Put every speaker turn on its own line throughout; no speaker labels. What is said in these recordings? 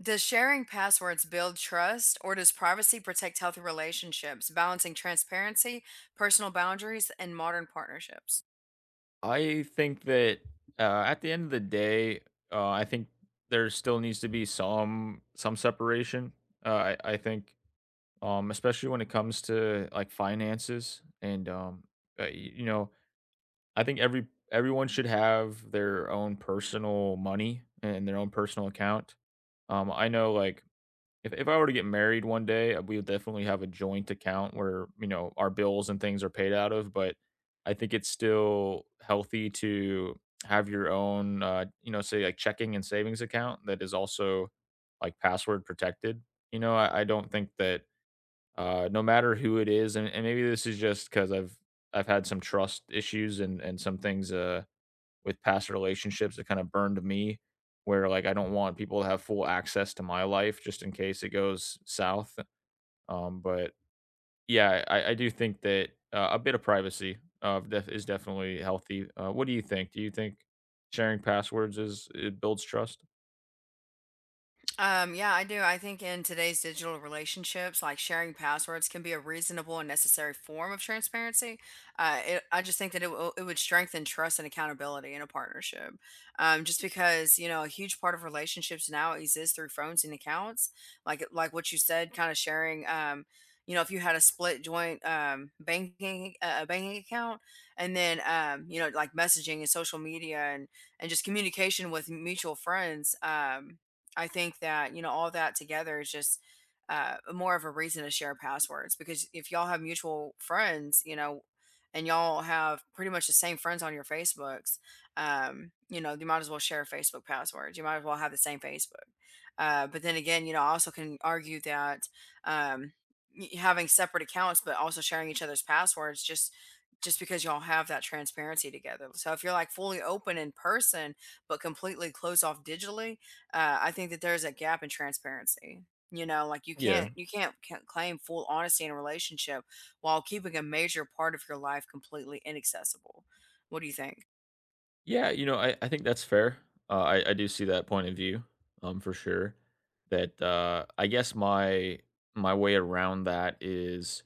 Does sharing passwords build trust, or does privacy protect healthy relationships, balancing transparency, personal boundaries, and modern partnerships?
I think that at the end of the day, I think there still needs to be some separation. Uh, I I think, Especially when it comes to like finances and y- you know, I think every everyone should have their own personal money and their own personal account. I know like if I were to get married one day, we would definitely have a joint account where, you know, our bills and things are paid out of, but I think it's still healthy to have your own, say like checking and savings account that is also like password protected. You know, I don't think that no matter who it is, and maybe this is just because I've had some trust issues and some things with past relationships that kind of burned me where like I don't want people to have full access to my life just in case it goes south. But yeah, I do think that a bit of privacy is definitely healthy. What do you think? Do you think sharing passwords is it builds trust?
Yeah, I do. I think in today's digital relationships, like sharing passwords can be a reasonable and necessary form of transparency. I just think that it would strengthen trust and accountability in a partnership. Just because, you know, a huge part of relationships now exists through phones and accounts. Like what you said, kind of sharing, you know, if you had a split joint banking a banking account, and then you know, like messaging and social media, and just communication with mutual friends. I think that, you know, all that together is just more of a reason to share passwords, because if y'all have mutual friends, you know, and y'all have pretty much the same friends on your Facebooks, you know, you might as well share Facebook passwords. You might as well have the same Facebook. But then again, you know, I also can argue that um, having separate accounts, but also sharing each other's passwords, just because y'all have that transparency together. So if you're like fully open in person, but completely closed off digitally, I think that there's a gap in transparency. You know, like you
Yeah,
can't you can't, can't claim full honesty in a relationship while keeping a major part of your life completely inaccessible. What do you think?
yeah. You know, I think that's fair. I do see that point of view, for sure. That I guess my way around that is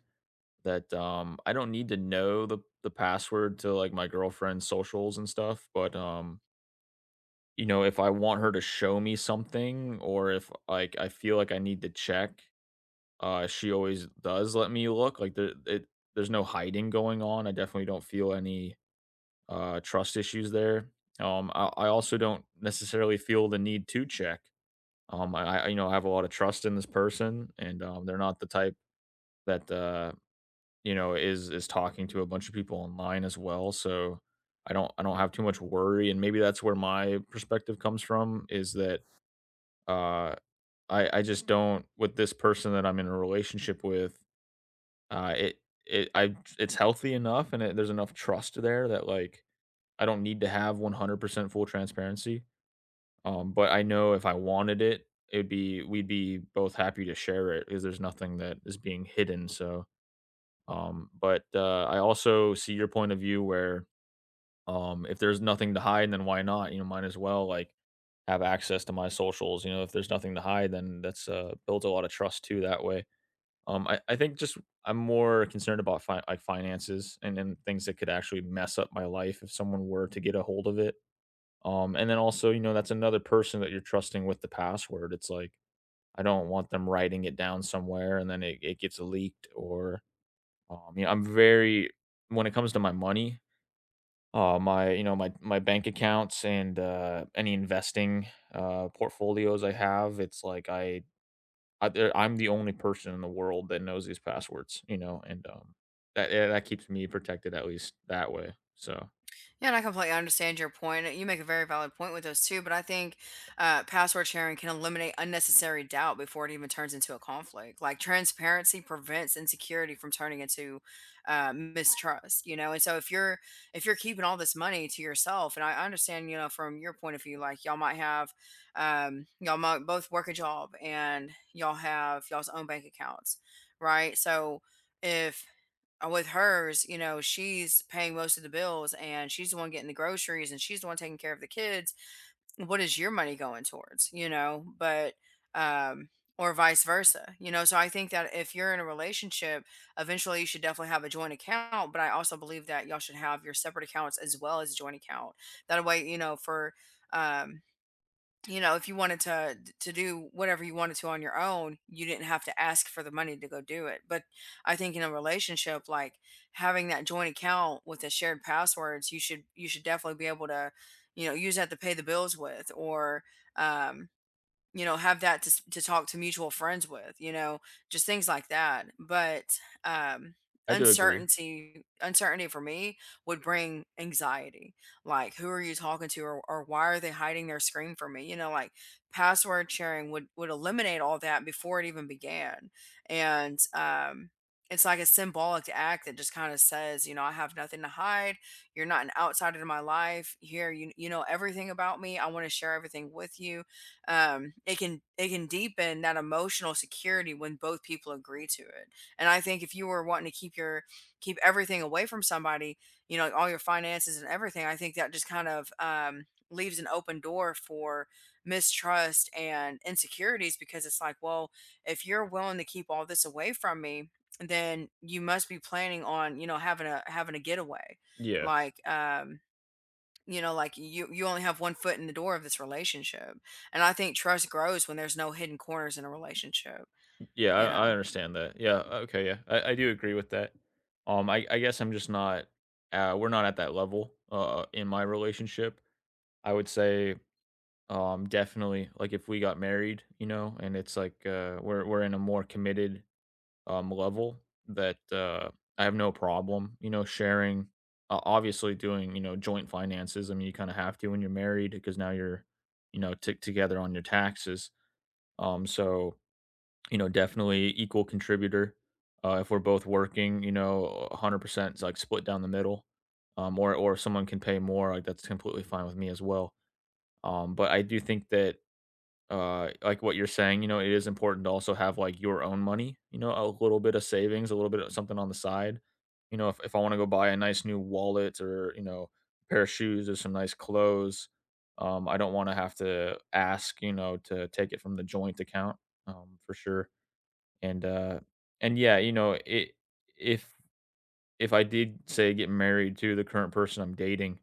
that, I don't need to know the password to, like, my girlfriend's socials and stuff, but, you know, if I want her to show me something or if, like, I feel like I need to check, she always does let me look, like, there's no hiding going on. I definitely don't feel any, trust issues there. I also don't necessarily feel the need to check. You know, I have a lot of trust in this person, and, they're not the type that, you know, is talking to a bunch of people online as well, so I don't have too much worry, and maybe that's where my perspective comes from, is that, uh, I just don't with this person that I'm in a relationship with, uh, it it's healthy enough, and it there's enough trust there that, like, I don't need to have 100% full transparency, but I know if I wanted it, it'd be we'd be both happy to share it because there's nothing that is being hidden. But I also see your point of view where if there's nothing to hide, then why not? You know, might as well like have access to my socials. You know, if there's nothing to hide, then that's builds a lot of trust too that way. I think just I'm more concerned about like finances and then things that could actually mess up my life if someone were to get a hold of it. And then also, you know, that's another person that you're trusting with the password. It's like I don't want them writing it down somewhere and then it gets leaked or yeah, I'm very when it comes to my money, my you know my my bank accounts and any investing portfolios I have. It's like I'm the only person in the world that knows these passwords, you know, and that yeah, that keeps me protected at least that way. So
Yeah, and I completely understand your point. You make a very valid point with those too, but I think password sharing can eliminate unnecessary doubt before it even turns into a conflict. Like transparency prevents insecurity from turning into mistrust, you know. And so if you're keeping all this money to yourself, and I understand, you know, from your point of view, like y'all might have, y'all might both work a job and y'all have y'all's own bank accounts, right? So if with hers, you know, she's paying most of the bills, and she's the one getting the groceries, and she's the one taking care of the kids. What is your money going towards, you know? But, um, or vice versa, you know? So I think that if you're in a relationship, eventually you should definitely have a joint account. But I also believe that y'all should have your separate accounts as well as a joint account. That way, you know, for, um, you know, if you wanted to do whatever you wanted to on your own, you didn't have to ask for the money to go do it. But I think in a relationship, like having that joint account with the shared passwords, you should definitely be able to, you know, use that to pay the bills with, or um, you know, have that to talk to mutual friends with, you know, just things like that. But, um,
I do agree.
uncertainty for me would bring anxiety. Like, who are you talking to, or why are they hiding their screen from me? You know, like, password sharing would eliminate all that before it even began. And, it's like a symbolic act that just kinda says, you know, "I have nothing to hide. You're not an outsider to my life. Here, you know everything about me. I wanna share everything with you. It can deepen that emotional security when both people agree to it. And I think if you were wanting to keep everything away from somebody, you know, like all your finances and everything, I think that just kind of leaves an open door for mistrust and insecurities, because it's like, well, if you're willing to keep all this away from me, then you must be planning on, you know, having a getaway,
Yeah,
like, you know, like you only have one foot in the door of this relationship. And I think trust grows when there's no hidden corners in a relationship,
yeah,
you
I, I
know?
understand that. Okay, I do agree with that. I guess I'm just not. We're not at that level. In my relationship, I would say um, definitely. Like if we got married, you know, and it's like we're in a more committed level that I have no problem, you know, sharing obviously doing, you know, joint finances. I mean, you kind of have to when you're married because now you're, you know, tick together on your taxes. Um so, you know, definitely equal contributor. If we're both working, you know, 100% is like split down the middle. Um, or if someone can pay more, like that's completely fine with me as well. But I do think that like what you're saying, you know, it is important to also have, like, your own money, you know, a little bit of savings, a little bit of something on the side. You know, if I wanna go buy a nice new wallet or, you know, pair of shoes or some nice clothes, I don't wanna have to ask, you know, to take it from the joint account, for sure. And, uh and yeah, you know, it if if I did, say, get married to the current person I'm dating,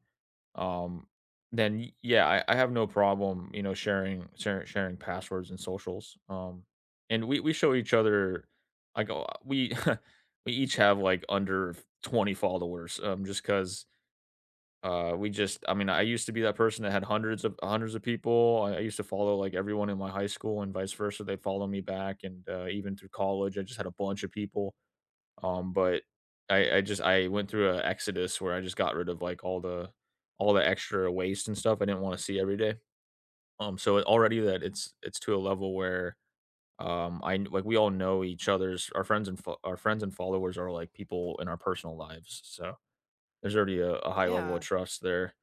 um, then yeah, I have no problem, you know, sharing passwords and socials, um, and we show each other like we we each have like under 20 followers, um, just because we just I mean I used to be that person that had hundreds of people. I used to follow like everyone in my high school, and vice versa, they follow me back. And even through college I just had a bunch of people, but I went through a exodus where I just got rid of, like, all the extra waste and stuff I didn't wanna see every day. Already that it's to a level where, I kn like, we all know each other's our friends and followers are, like, people in our personal lives, so there's already a high level
Yeah.
of trust there.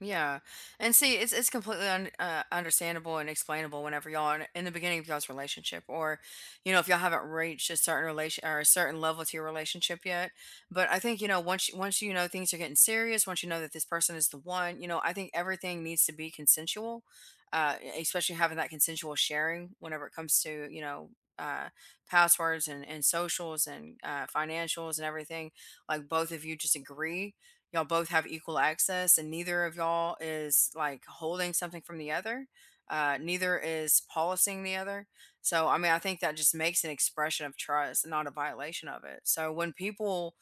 Yeah. And see, it's completely understandable and explainable whenever y'all are in the beginning of y'all's relationship, or, you know, if y'all haven't reached a certain relation or a certain level to your relationship yet. But I think, you know, once you know things are getting serious, once you know that this person is the one, you know, I think everything needs to be consensual. Especially having that consensual sharing whenever it comes to, you know, uh passwords, and socials, and financials, and everything. Like both of you just agree, y'all both have equal access, and neither of y'all is like holding something from the other. Neither is policing the other. So I mean, I think that just makes an expression of trust, not a violation of it. So when people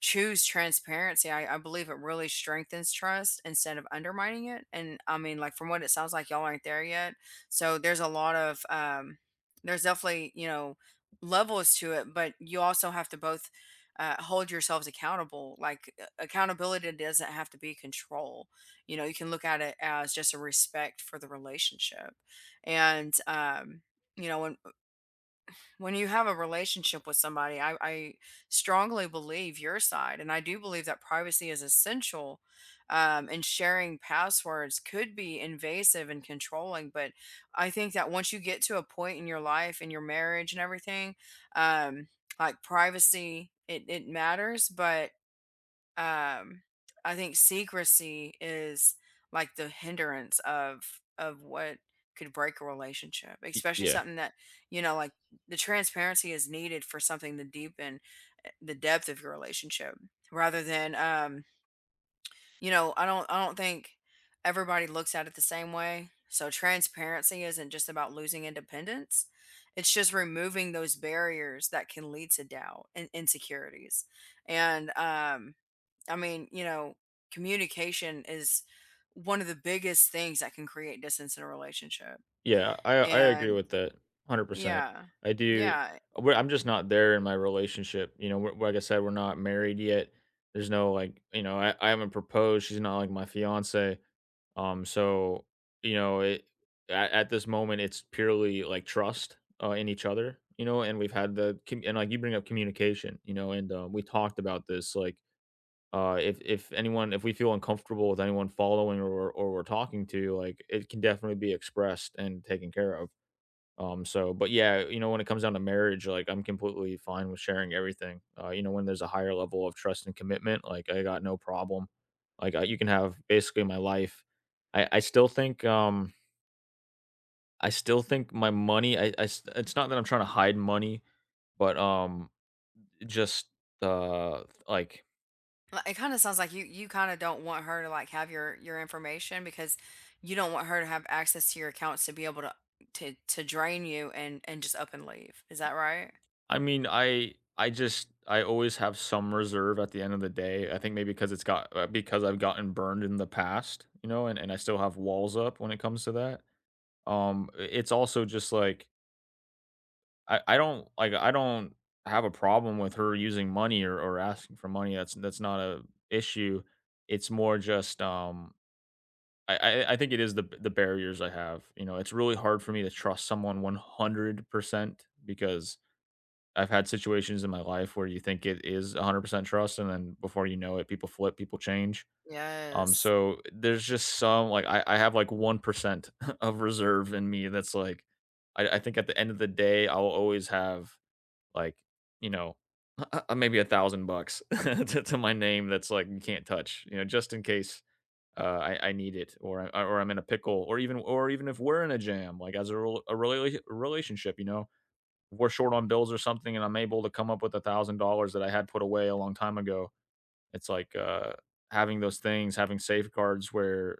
choose transparency, I believe it really strengthens trust instead of undermining it. And I mean, like from what it sounds like, y'all aren't there yet. So there's a lot of there's definitely, you know, levels to it. But you also have to both hold yourselves accountable. Like, accountability doesn't have to be control. You know, you can look at it as just a respect for the relationship. And, you know, when you have a relationship with somebody, I strongly believe your side, and I do believe that privacy is essential. And sharing passwords could be invasive and controlling, but I think that once you get to a point in your life, in your marriage, and everything, um, like privacy, it matters, but um, I think secrecy is like the hindrance of what could break a relationship,
Y
especially
Yeah.
something that, you know, like the transparency is needed for something to deepen the depth of your relationship, rather than, you know, I don't think everybody looks at it the same way. So transparency isn't just about losing independence; it's just removing those barriers that can lead to doubt and insecurities. And I mean, you know, communication is one of the biggest things that can create distance in a relationship.
Yeah, I agree
And
with that 100%.
yeah.
I do
Yeah.
we're I'm just not there in my relationship, you know, we're like I said, we're not married yet. There's no, like, you know, I haven't proposed, she's not, like, my fiance. Um, so, you know, it at this moment, it's purely, like, trust, in each other, you know. And we've had the like, you bring up communication, you know, and, we talked about this, like, if anyone if we feel uncomfortable with anyone following or we're talking to, like, it can definitely be expressed and taken care of. So, but yeah, you know, when it comes down to marriage, like, I'm completely fine with sharing everything. You know, when there's a higher level of trust and commitment, like, I got no problem. Like, you can have basically my life. I Still think I still think my money. It's not that I'm trying to hide money, but just like
It kind of sounds like you kind of don't want her to like have your information, because you don't want her to have access to your accounts to be able to drain you and just up and leave. Is that right?
I mean, I always have some reserve at the end of the day. I think maybe because it's got because I've gotten burned in the past, you know, and I still have walls up when it comes to that. It's also just like I don't have a problem with her using money, or, asking for money. That's not a issue. It's more just I think it is the barriers I have. You know, it's really hard for me to trust someone 100% because I've had situations in my life where you think it is 100% trust, and then before you know it, people flip, people change. Um,
Yes.
so there's just some like I have like 1% of reserve in me that's like, I think at the end of the day, I'll always have like, you know, maybe 1,000 bucks to my name that's like you can't touch, you know, just in case I need it or I'm in a pickle, or even if we're in a jam, like as a, relationship, you know, we're short on bills or something and I'm able to come up with $1,000 that I had put away a long time ago. It's like having those things, having safeguards where,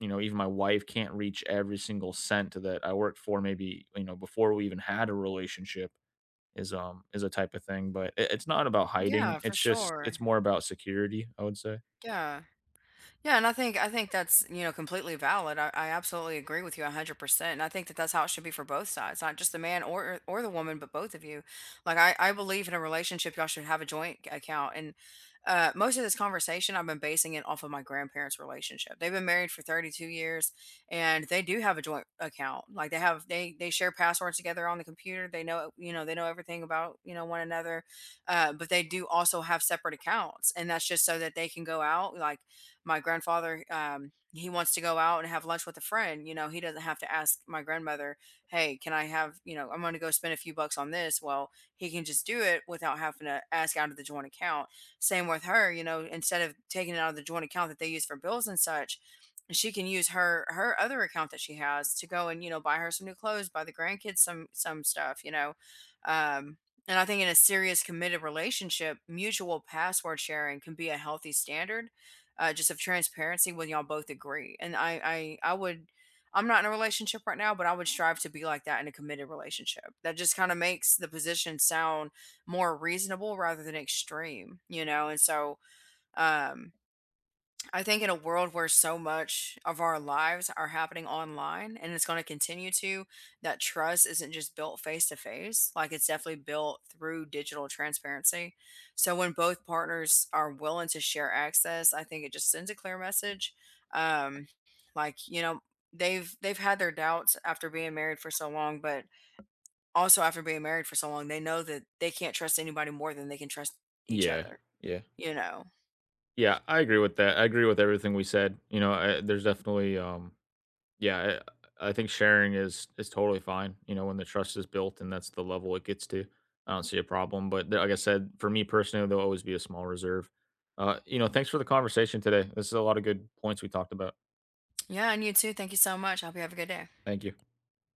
you know, even my wife can't reach every single cent that I worked for maybe, you know, before we even had a relationship, is a type of thing. But it's not about hiding.
Yeah, for
It's just it's
sure.
more about security, I would say.
Yeah. Yeah, and I think that's, you know, completely valid. I absolutely agree with you 100%. And I think that that's how it should be for both sides, not just the man or the woman, but both of you. Like I believe in a relationship y'all should have a joint account. And most of this conversation I've been basing it off of my grandparents' relationship. They've been married for 32 years, and they do have a joint account. Like they have they share passwords together on the computer. They know, you know, they know everything about, you know, one another. But they do also have separate accounts, and that's just so that they can go out. Like my grandfather, he wants to go out and have lunch with a friend. You know, he doesn't have to ask my grandmother, hey, can I have, you know, I'm going to go spend a few bucks on this. Well, he can just do it without having to ask out of the joint account. Same with her. You know, instead of taking it out of the joint account that they use for bills and such, she can use her other account that she has to go and, you know, buy her some new clothes, buy the grandkids some stuff, you know. um and I think in a serious committed relationship, mutual password sharing can be a healthy standard just of transparency when y'all both agree. And I would, I'm not in a relationship right now, but I would strive to be like that in a committed relationship. That just kind of makes the position sound more reasonable rather than extreme, you know. And so um I think in a world where so much of our lives are happening online, and it's going to continue to, that trust isn't just built face to face. Like it's definitely built through digital transparency. So when both partners are willing to share access, I think it just sends a clear message. Um, like, you know, they've had their doubts after being married for so long, but also after being married for so long, they know that they can't trust anybody more than they can trust each
Yeah.
other,
Yeah.
you know.
Yeah, I agree with that. I agree with everything we said. You know, there's definitely yeah, I think sharing is totally fine, you know, when the trust is built and that's the level it gets to. I don't see a problem, but like I said, for me personally, there'll always be a small reserve. You know, thanks for the conversation today. This is a lot of good points we talked about.
Yeah, and you too. Thank you so much. I hope you have a good day.
Thank you.